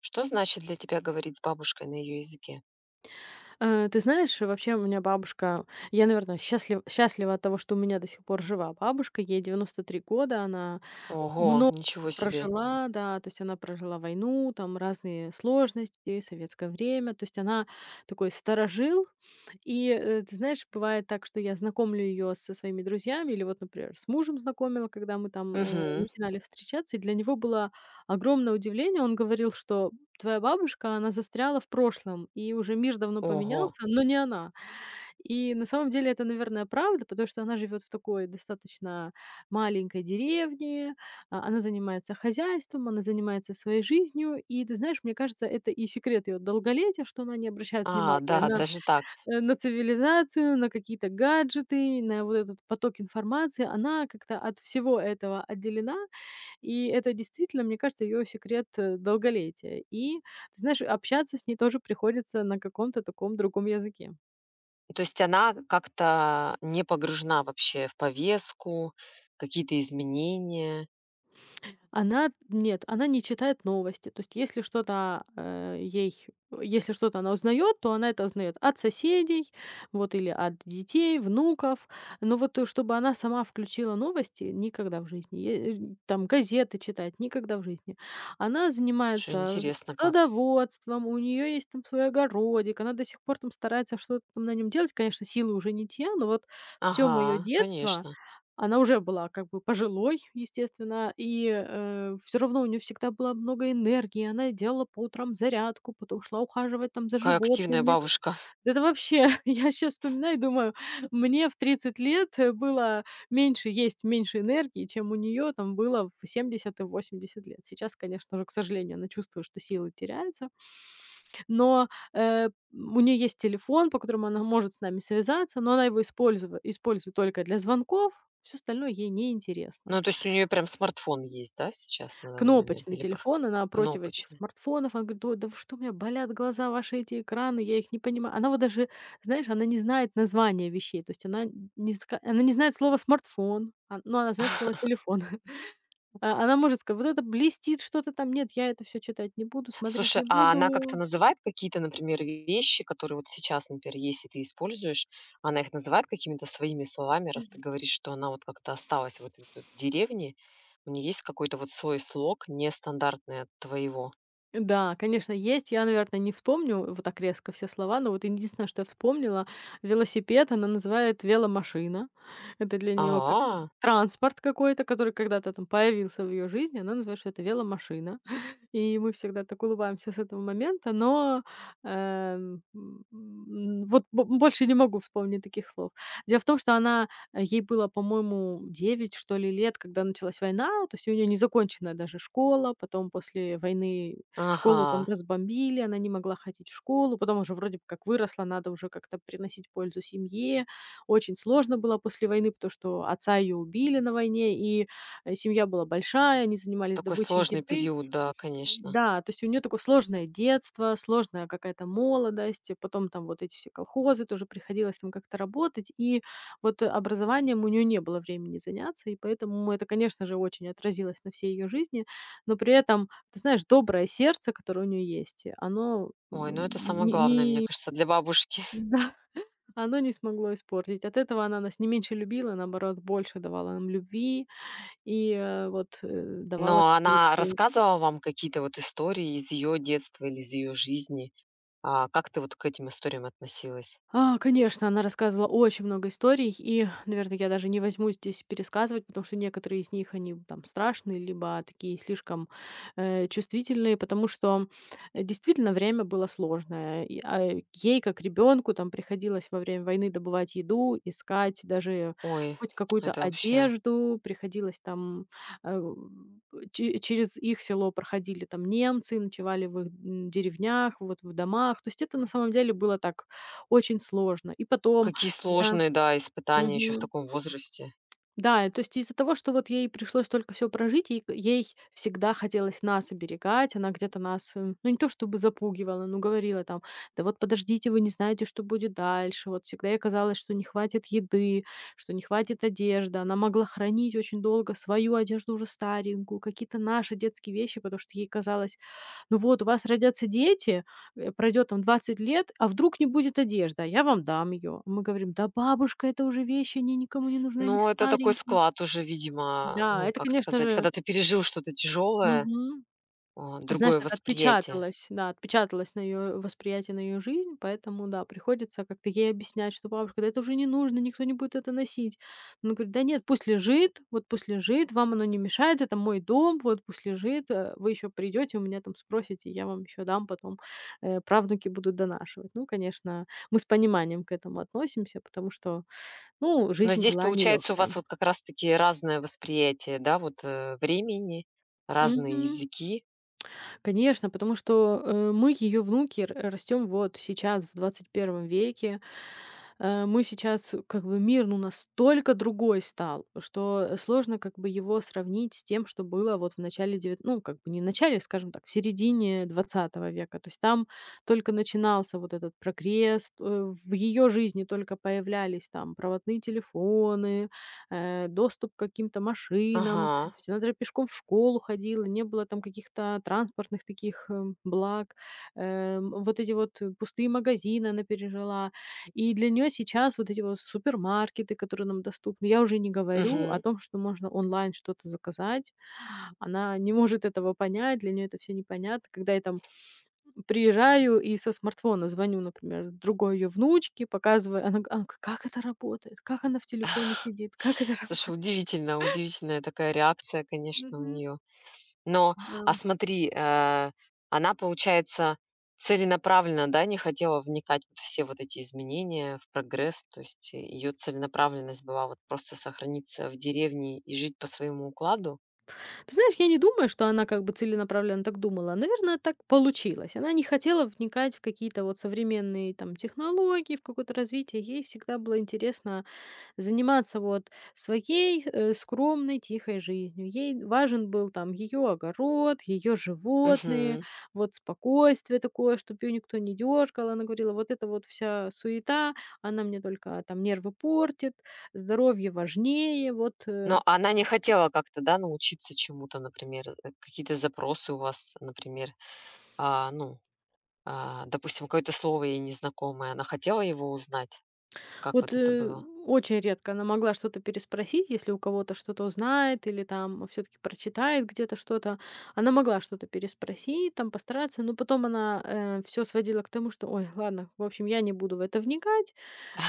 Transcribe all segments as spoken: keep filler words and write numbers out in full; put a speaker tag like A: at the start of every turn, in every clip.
A: Что значит для тебя говорить с бабушкой на ее языке?
B: Э, ты знаешь, вообще у меня бабушка я, наверное, счастлив счастлива от того, что у меня до сих пор жива бабушка. Ей девяносто три года. Она
A: Ого,
B: много
A: ничего себе.
B: прожила, да, то есть она прожила войну, там разные сложности, советское время, то есть она такой старожил. И, э, ты знаешь, бывает так, что я знакомлю ее со своими друзьями или вот, например, с мужем знакомила, когда мы там, э,
A: Мгм.
B: начинали встречаться, и для него было огромное удивление. Он говорил, что твоя бабушка, она застряла в прошлом, и уже мир давно
A: Ого.
B: поменялся, но не она. И на самом деле это, наверное, правда, потому что она живет в такой достаточно маленькой деревне, а, она занимается хозяйством, она занимается своей жизнью. И ты знаешь, мне кажется, это и секрет ее долголетия, что она не обращает
A: А,
B: внимания
A: да,
B: на,
A: даже так.
B: э, на цивилизацию, на какие-то гаджеты, на вот этот поток информации. Она как-то от всего этого отделена, и это действительно, мне кажется, ее секрет э, долголетия. И, ты знаешь, общаться с ней тоже приходится на каком-то таком другом языке.
A: То есть она как-то не погружена вообще в повестку, какие-то изменения.
B: Она нет, она не читает новости. То есть если что-то, а, э, ей если что-то она узнает, то она это узнает от соседей, вот, или от детей, внуков. Но вот, э, чтобы она сама включила новости — никогда в жизни. Е э, там газеты читать — никогда в жизни. Она
A: Слушай,
B: занимается
A: интересно как.
B: садоводством, у нее есть там свой огородик, она до сих пор там старается что-то там на нем делать. Конечно, силы уже не те, но вот все моё
A: Ага,
B: детство
A: конечно.
B: она уже была как бы пожилой, естественно, и все равно у нее всегда было много энергии. Она делала по утрам зарядку, потом шла ухаживать там за
A: Какая активная
B: животными.
A: бабушка!
B: Да это вообще, я сейчас вспоминаю и думаю, мне в тридцать лет, э, было меньше есть, меньше энергии, чем у нее там было в семьдесят и восемьдесят лет. Сейчас, конечно же, к сожалению, она чувствует, что силы теряются. Но, э, у нее есть телефон, по которому она может с нами связаться, но она его использова использует только для звонков. Все остальное ей
A: Ну,
B: неинтересно.
A: то есть у нее прям смартфон есть, да, сейчас на данный момент?
B: Кнопочный
A: Или про-
B: телефон, она против этих
A: кнопочный?
B: смартфонов. Она говорит: "До да вы что, у меня болят глаза, ваши эти экраны, я их не понимаю". Она вот даже, знаешь, она не знает названия вещей, то есть она не ска она не знает слово "смартфон", а, но она знает слово "телефон". А, она может сказать: "Вот это блестит что-то там". "Нет, я это все читать не буду, смотреть
A: Слушай,
B: не
A: а она как-то
B: буду".
A: называет какие-то, например, вещи, которые вот сейчас, например, есть, и ты используешь, она их называет какими-то своими словами, раз ты говоришь, что она вот как-то осталась в этой вот деревне. У нее есть какой-то вот свой слог, нестандартный от твоего.
B: Да, конечно, есть. Я, наверное, не вспомню вот так резко все слова, но вот единственное, что я вспомнила, велосипед она называет веломашина. Это для нее как
A: А,
B: транспорт какой-то, который когда-то там появился в ее жизни. Она называет, что это веломашина. И мы всегда так улыбаемся с этого момента, но, эм, м, м, вот бо больше не могу вспомнить таких слов. Дело в том, что она, э, ей было, по-моему, девять что ли, лет, когда началась война. То есть у неё незаконченная даже школа. Потом после войны
A: ага,
B: школу там разбомбили, она не могла ходить в школу. Потом уже вроде бы как выросла, надо уже как-то приносить пользу семье. Очень сложно было после войны, потому что отца её убили на войне, и, э, семья была большая, они занимались
A: такой
B: добычей
A: сложный
B: еды.
A: период, да, конечно.
B: Да, то есть у нее такое сложное детство, сложная какая-то молодость, и потом там вот эти все колхозы, тоже приходилось там как-то работать, и вот э, образованием у нее не было времени заняться, и поэтому это, конечно же, очень отразилось на всей ее жизни, но при этом, ты знаешь, доброе сердце, которое у нее есть, э, оно м,
A: Ой, ну это самое
B: не,
A: главное, мне
B: не-
A: кажется, для бабушки.
B: да, оно не смогло испортить. От этого она нас не меньше любила, наоборот, больше давала нам любви и э, вот э, давала.
A: Но она рассказывала вам какие-то вот истории из ее детства или из ее жизни. А как ты вот к этим историям относилась?
B: А, конечно, она рассказывала очень много историй, и, наверное, я даже не возьму здесь пересказывать, потому что некоторые из них, они там страшные, либо такие слишком э, чувствительные, потому что э, действительно время было сложное. И, а, ей, как ребенку, там приходилось во время войны добывать еду, искать даже
A: Ой,
B: хоть какую-то
A: это вообще
B: одежду, приходилось там э, че- через их село проходили там немцы, ночевали в их м, деревнях, вот в домах. То есть это на самом деле было так очень сложно. И потом,
A: какие
B: когда.
A: сложные, да, испытания еще в
B: Мгм.
A: таком возрасте.
B: Да, и то есть из-за того, что вот ей пришлось только все прожить, ей ей всегда хотелось нас оберегать. Она где-то нас, э, ну, не то чтобы запугивала, но говорила там: "Да вот подождите, вы не знаете, что будет дальше". Вот всегда ей казалось, что не хватит еды, что не хватит одежды. Она могла хранить очень долго свою одежду уже старенькую, какие-то наши детские вещи, потому что ей казалось: "Ну вот, у вас родятся дети, э, пройдет там двадцать лет, а вдруг не будет одежды, а я вам дам ее". Мы говорим: "Да, бабушка, это уже вещи, они никому не нужны, они
A: Ну, это такой
B: старенькие".
A: склад уже, видимо,
B: Да,
A: ну,
B: это,
A: как
B: конечно
A: сказать,
B: же.
A: когда ты пережил что-то тяжелое,
B: Мгм.
A: а,
B: Знаешь,
A: другое
B: так
A: восприятие.
B: отпечаталось, да, отпечаталось на ее восприятие, на ее жизнь, поэтому, да, приходится как-то ей объяснять, что: "Бабушка, да это уже не нужно, никто не будет это носить". Она говорит: "Да нет, пусть лежит, вот пусть лежит, вам оно не мешает, это мой дом, вот пусть лежит, э, вы еще придёте, у меня там спросите, я вам еще дам потом, э, правнуки будут донашивать". Ну, конечно, мы с пониманием к этому относимся, потому что, ну,
A: Но
B: жизнь
A: здесь,
B: была
A: получается, у вас
B: нелегкая.
A: вот как раз-таки разное восприятие, да, вот э, времени, разные языки.
B: Конечно, потому что, э, мы, ее внуки, р растем вот сейчас, в двадцать первом веке. Э, мы сейчас э, как бы мир, ну, настолько другой стал, что сложно как бы его сравнить с тем, что было вот в начале девят ну, как бы не в начале, скажем так, в середине двадцатого века. То есть там только начинался вот этот прогресс, э, в ее жизни только появлялись там проводные телефоны, э, доступ к каким-то машинам, то
A: Ага.
B: есть она даже пешком в школу ходила, не было там каких-то транспортных таких, эм, благ. Эм, вот эти вот, э, пустые магазины она пережила. И для нее сейчас вот эти вот супермаркеты, которые нам доступны. Я уже не говорю о
A: Мгм.
B: том, что можно онлайн что-то заказать. Она не может этого понять, для нее это все непонятно. Когда я там приезжаю и со смартфона звоню, например, другой ее внучке, показываю, она г она: "Как это работает? Как она в телефоне сидит? Как это
A: Слушай,
B: работает?"
A: удивительно, удивительная такая реакция, конечно, у
B: Мгм.
A: нее. Но,
B: Да.
A: а смотри, э, она, получается, целенаправленно, да, не хотела вникать вот в все вот эти изменения, в прогресс, то есть ее целенаправленность была вот просто сохраниться в деревне и жить по своему укладу?
B: Ты знаешь, я не думаю, что она как бы целенаправленно так думала. Наверное, так получилось. Она не хотела вникать в какие-то вот современные там технологии, в какое-то развитие. Ей всегда было интересно заниматься вот своей э, скромной, тихой жизнью. Ей важен был там ее огород, ее животные,
A: Мгм.
B: вот спокойствие такое, чтобы ее никто не дергал. Она говорила, вот это вот вся суета, она мне только там нервы портит, здоровье важнее, вот э,
A: Но она не хотела как-то, да, научиться чему-то, например, э, какие-то запросы у вас, например, а, ну, а, допустим, какое-то слово ей незнакомое, она хотела его узнать? Как
B: вот,
A: вот это
B: э,
A: было?
B: очень редко она могла что-то переспросить, если у кого-то что-то узнает или там все таки прочитает где-то что-то. Она могла что-то переспросить, там постараться, но потом она все сводила к тому, что: "Ой, ладно, в общем, я не буду в это вникать,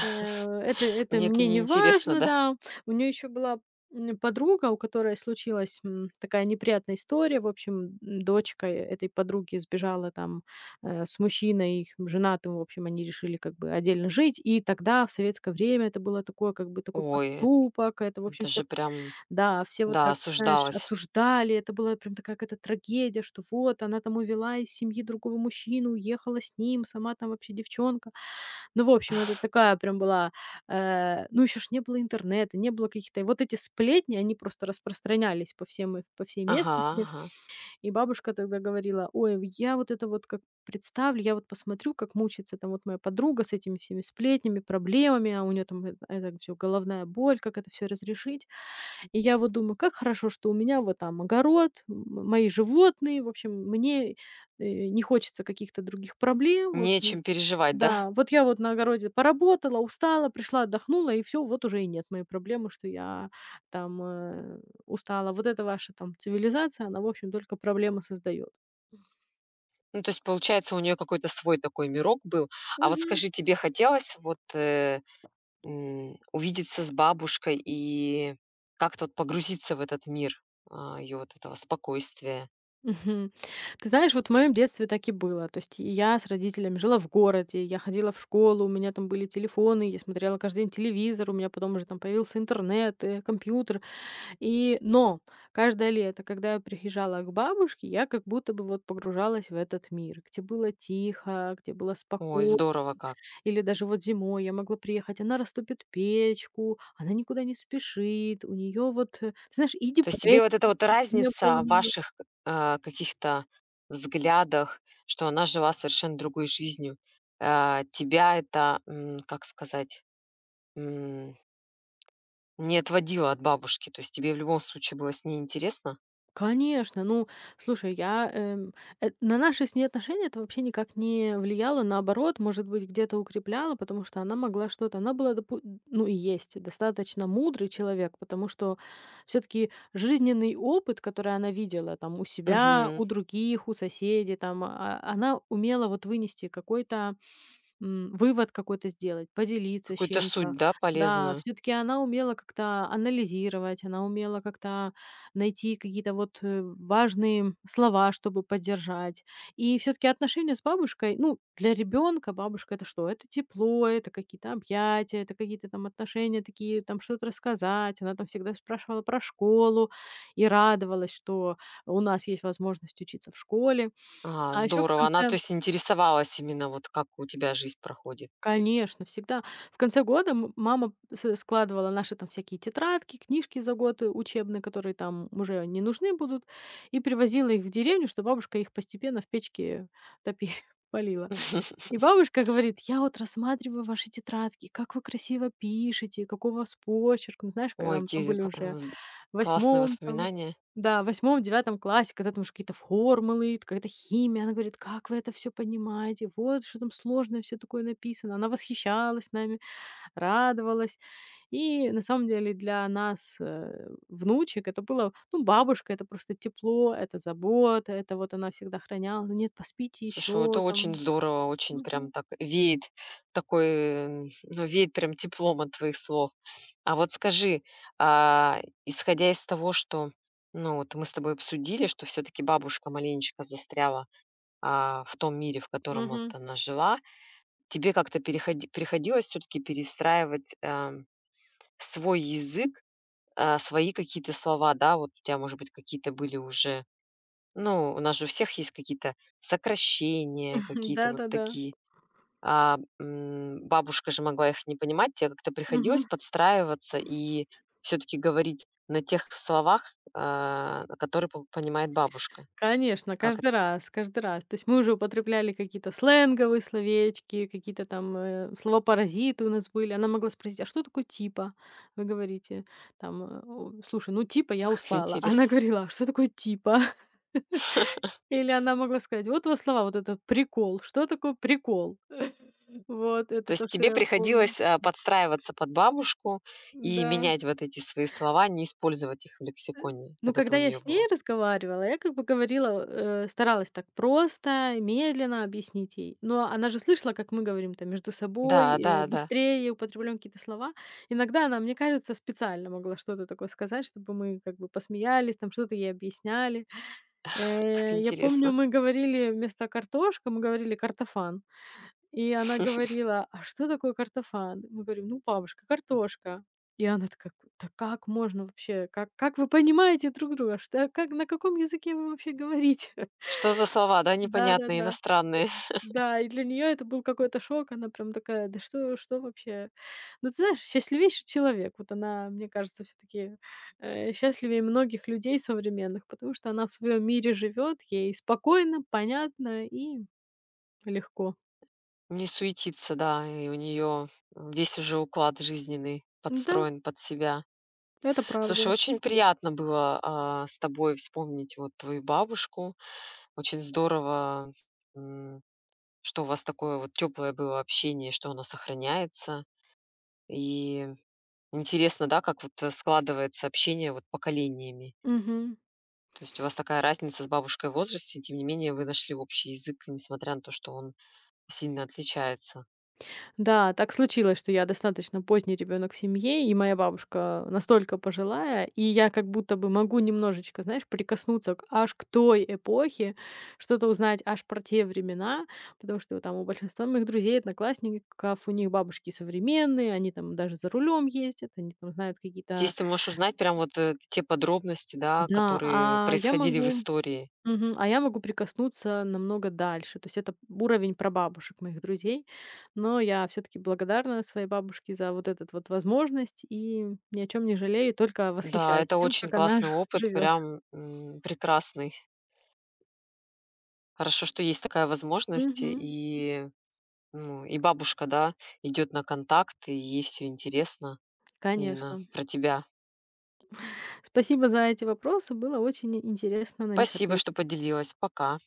B: Э, это это
A: Мне это
B: мне
A: не
B: не
A: интересно,
B: важно,
A: да?
B: да". У нее еще была, м, подруга, у которой случилась, м, такая неприятная история. В общем, м, дочка э, этой подруги сбежала там, э, с мужчиной женатым. В общем, они решили как бы отдельно жить. И тогда, в советское время, это было такое, как бы такой
A: Ой,
B: поступок. Это, в общем,
A: это
B: все
A: же прям
B: да, все вот
A: Да,
B: так, знаешь,
A: осуждалась.
B: осуждали. Это была прям такая какая-то трагедия, что вот она там увела из семьи другого мужчину, уехала с ним, сама там вообще девчонка. Ну, в общем, это такая прям была, э, ну, еще ж не было интернета, не было каких-то вот эти сплетни, они просто распространялись по всем их по всей
A: Ага,
B: местности.
A: ага.
B: И бабушка тогда говорила: "Ой, я вот это вот как представлю, я вот посмотрю, как мучается там вот моя подруга с этими всеми сплетнями, проблемами, а у нее там это все головная боль, как это все разрешить. И я вот думаю: как хорошо, что у меня вот там огород, м мои животные. В общем, мне, э, не хочется каких-то других проблем. В общем,
A: Нечем переживать, да?
B: да, вот я вот на огороде поработала, устала, пришла, отдохнула, и все, вот уже и нет моей проблемы, что я там, э, устала. Вот эта ваша там цивилизация, она, в общем, только проблемы создает".
A: Ну, то есть, получается, у нее какой-то свой такой мирок был. А вот
B: Мгм.
A: скажи, тебе хотелось вот, э, м, увидеться с бабушкой и как-то вот погрузиться в этот мир, ее вот этого спокойствия?
B: Мгм. Ты знаешь, вот в моем детстве так и было. То есть я с родителями жила в городе, я ходила в школу, у меня там были телефоны, я смотрела каждый день телевизор, у меня потом уже там появился интернет, э, компьютер. И но каждое лето, когда я приезжала к бабушке, я как будто бы вот погружалась в этот мир, где было тихо, где было
A: Ой,
B: спокойно.
A: здорово как.
B: Или даже вот зимой я могла приехать, она растопит печку, она никуда не спешит, у нее вот, э, ты знаешь, и
A: То есть
B: депрессии
A: тебе вот эта вот
B: не было у
A: разница в
B: нее.
A: ваших, а, каких-то взглядах, что она жила совершенно другой жизнью, а, тебя это, м, как сказать, не отводила от бабушки, то есть тебе в любом случае было с ней интересно?
B: Конечно, ну, слушай, я, эм, э, на наши с ней отношения это вообще никак не влияло. Наоборот, может быть, где-то укрепляло, потому что она могла что-то, она была, допу- ну и есть, достаточно мудрый человек, потому что все-таки жизненный опыт, который она видела там у себя,
A: Мгм.
B: у других, у соседей, там, а- она умела вот вынести какой-то... М, вывод какой-то сделать, поделиться с
A: Какую-то суть,
B: чем-то.
A: да,
B: Да,
A: полезную?
B: все таки она умела как-то анализировать, она умела как-то найти какие-то вот, э, важные слова, чтобы поддержать. И все таки отношения с бабушкой, ну, для ребенка бабушка — это что? Это тепло, это какие-то объятия, это какие-то там отношения такие, там что-то рассказать. Она там всегда спрашивала про школу и радовалась, что у нас есть возможность учиться в школе.
A: А,
B: А еще в
A: здорово. Она,
B: конце...
A: то есть, интересовалась именно вот как у тебя жизнь проходит.
B: Конечно, всегда. В конце года м мама с складывала наши там всякие тетрадки, книжки за год, э, учебные, которые там уже не нужны будут, и привозила их в деревню, что бабушка их постепенно в печке топи полила. И бабушка говорит: "Я вот рассматриваю ваши тетрадки, как вы красиво пишете, какой у вас почерк". Ну, знаешь,
A: Ой,
B: когда мы там
A: какие
B: были
A: к
B: уже
A: э, з классные
B: восьмом там,
A: воспоминания.
B: да, восьмом девятом классе, когда там уже какие-то формулы, какая-то химия. Она говорит: "Как вы это все понимаете? Вот что там сложное все такое написано". Она восхищалась нами, радовалась. И на самом деле для нас, э, внучек, это было, ну, бабушка — это просто тепло, это забота, это вот она всегда храняла: «Ну нет, поспите
A: Слушай, это
B: еще
A: очень
B: там».
A: здорово, очень прям
B: Мгм.
A: так веет такой, м, ну, веет прям теплом от твоих слов. А вот скажи, а, исходя из того, что, ну, вот мы с тобой обсудили, что все таки бабушка маленечко застряла а, в том мире, в котором вот
B: Мгм.
A: она жила, тебе как-то переходи приходилось все таки перестраивать, эм, свой язык, а, свои какие-то слова, да? Вот у тебя, может быть, какие-то были уже ну, у нас же у всех есть какие-то сокращения, какие-то вот
B: Да-да-да.
A: такие. А, м, бабушка же могла их не понимать, тебе как-то приходилось подстраиваться и все таки говорить на тех словах, а, которые по понимает бабушка.
B: Конечно,
A: Как эт
B: каждый раз, каждый раз. То есть мы уже употребляли какие-то сленговые словечки, какие-то там э, слова-паразиты у нас были. Она могла спросить: "А что такое типа? Вы говорите там, э, о, слушай, ну типа я
A: как
B: устала". Она
A: интересно.
B: говорила: "А что такое типа?" Или она могла сказать: "Вот у вас слова, вот это прикол. Что такое прикол?" Вот,
A: То
B: это то,
A: есть
B: что
A: тебе
B: я помню.
A: приходилось, а, подстраиваться под бабушку и
B: Да.
A: менять вот эти свои слова, не использовать их в лексиконе,
B: Ну,
A: когда ты у
B: когда я
A: нее
B: с
A: была.
B: ней разговаривала, я как бы говорила, э, старалась так просто, медленно объяснить ей. Но она же слышала, как мы говорим там между собой,
A: Да,
B: э,
A: да, да.
B: быстрее употребляем какие-то слова. Иногда она, мне кажется, специально могла что-то такое сказать, чтобы мы как бы посмеялись, там что-то ей объясняли.
A: Как
B: Э, я помню,
A: интересно.
B: мы говорили вместо картошка, мы говорили картофан. И она говорила: "А что такое картофан?" Мы говорим: "Ну, бабушка, картошка". И она такая: "Да как можно вообще? Как как вы понимаете друг друга? Что как на каком языке вы вообще говорите?"
A: Что за слова, да,
B: Да-да-да.
A: непонятные,
B: Да, да.
A: иностранные?
B: Да, и для нее это был какой-то шок. Она прям такая: "Да что что вообще?" Ну, ты знаешь, счастливейший человек. Вот она, мне кажется, все таки счастливее многих людей современных, потому что она в своем мире живет, ей спокойно, понятно и легко.
A: Не суетиться, да, и у нее весь уже уклад жизненный
B: Да,
A: подстроен под себя.
B: это правда.
A: Слушай, очень приятно было, а, с тобой вспомнить вот твою бабушку. Очень здорово, м, что у вас такое вот теплое было общение, что оно сохраняется. И интересно, да, как вот, э, складывается общение вот поколениями.
B: Мгм.
A: То есть у вас такая разница с бабушкой в возрасте, тем не менее вы нашли общий язык, несмотря на то, что он сильно отличается.
B: Да, так случилось, что я достаточно поздний ребенок в семье, и моя бабушка настолько пожилая, и я как будто бы могу немножечко, знаешь, прикоснуться к аж к той эпохе, что-то узнать аж про те времена, потому что там у большинства моих друзей, одноклассников, у них бабушки современные, они там даже за рулем ездят, они там знают
A: Здесь
B: какие-то...
A: ты можешь узнать прям вот, э, те подробности, да,
B: Да,
A: которые
B: а я
A: происходили в
B: могу...
A: истории.
B: Мгм. А я могу прикоснуться намного дальше. То есть это уровень прабабушек моих друзей. Но я все-таки благодарна своей бабушке за вот этот вот возможность и ни о чем не жалею, только
A: Да,
B: восхищаюсь
A: это
B: тем,
A: очень
B: как она
A: классный опыт,
B: живет.
A: прям, м, прекрасный. Хорошо, что есть такая возможность,
B: Мгм.
A: и, ну, и бабушка, да, идет на контакт, и ей все интересно именно
B: Конечно.
A: про тебя.
B: Спасибо за эти вопросы. Было очень интересно на них
A: Спасибо, что
B: ответить.
A: поделилась. Пока.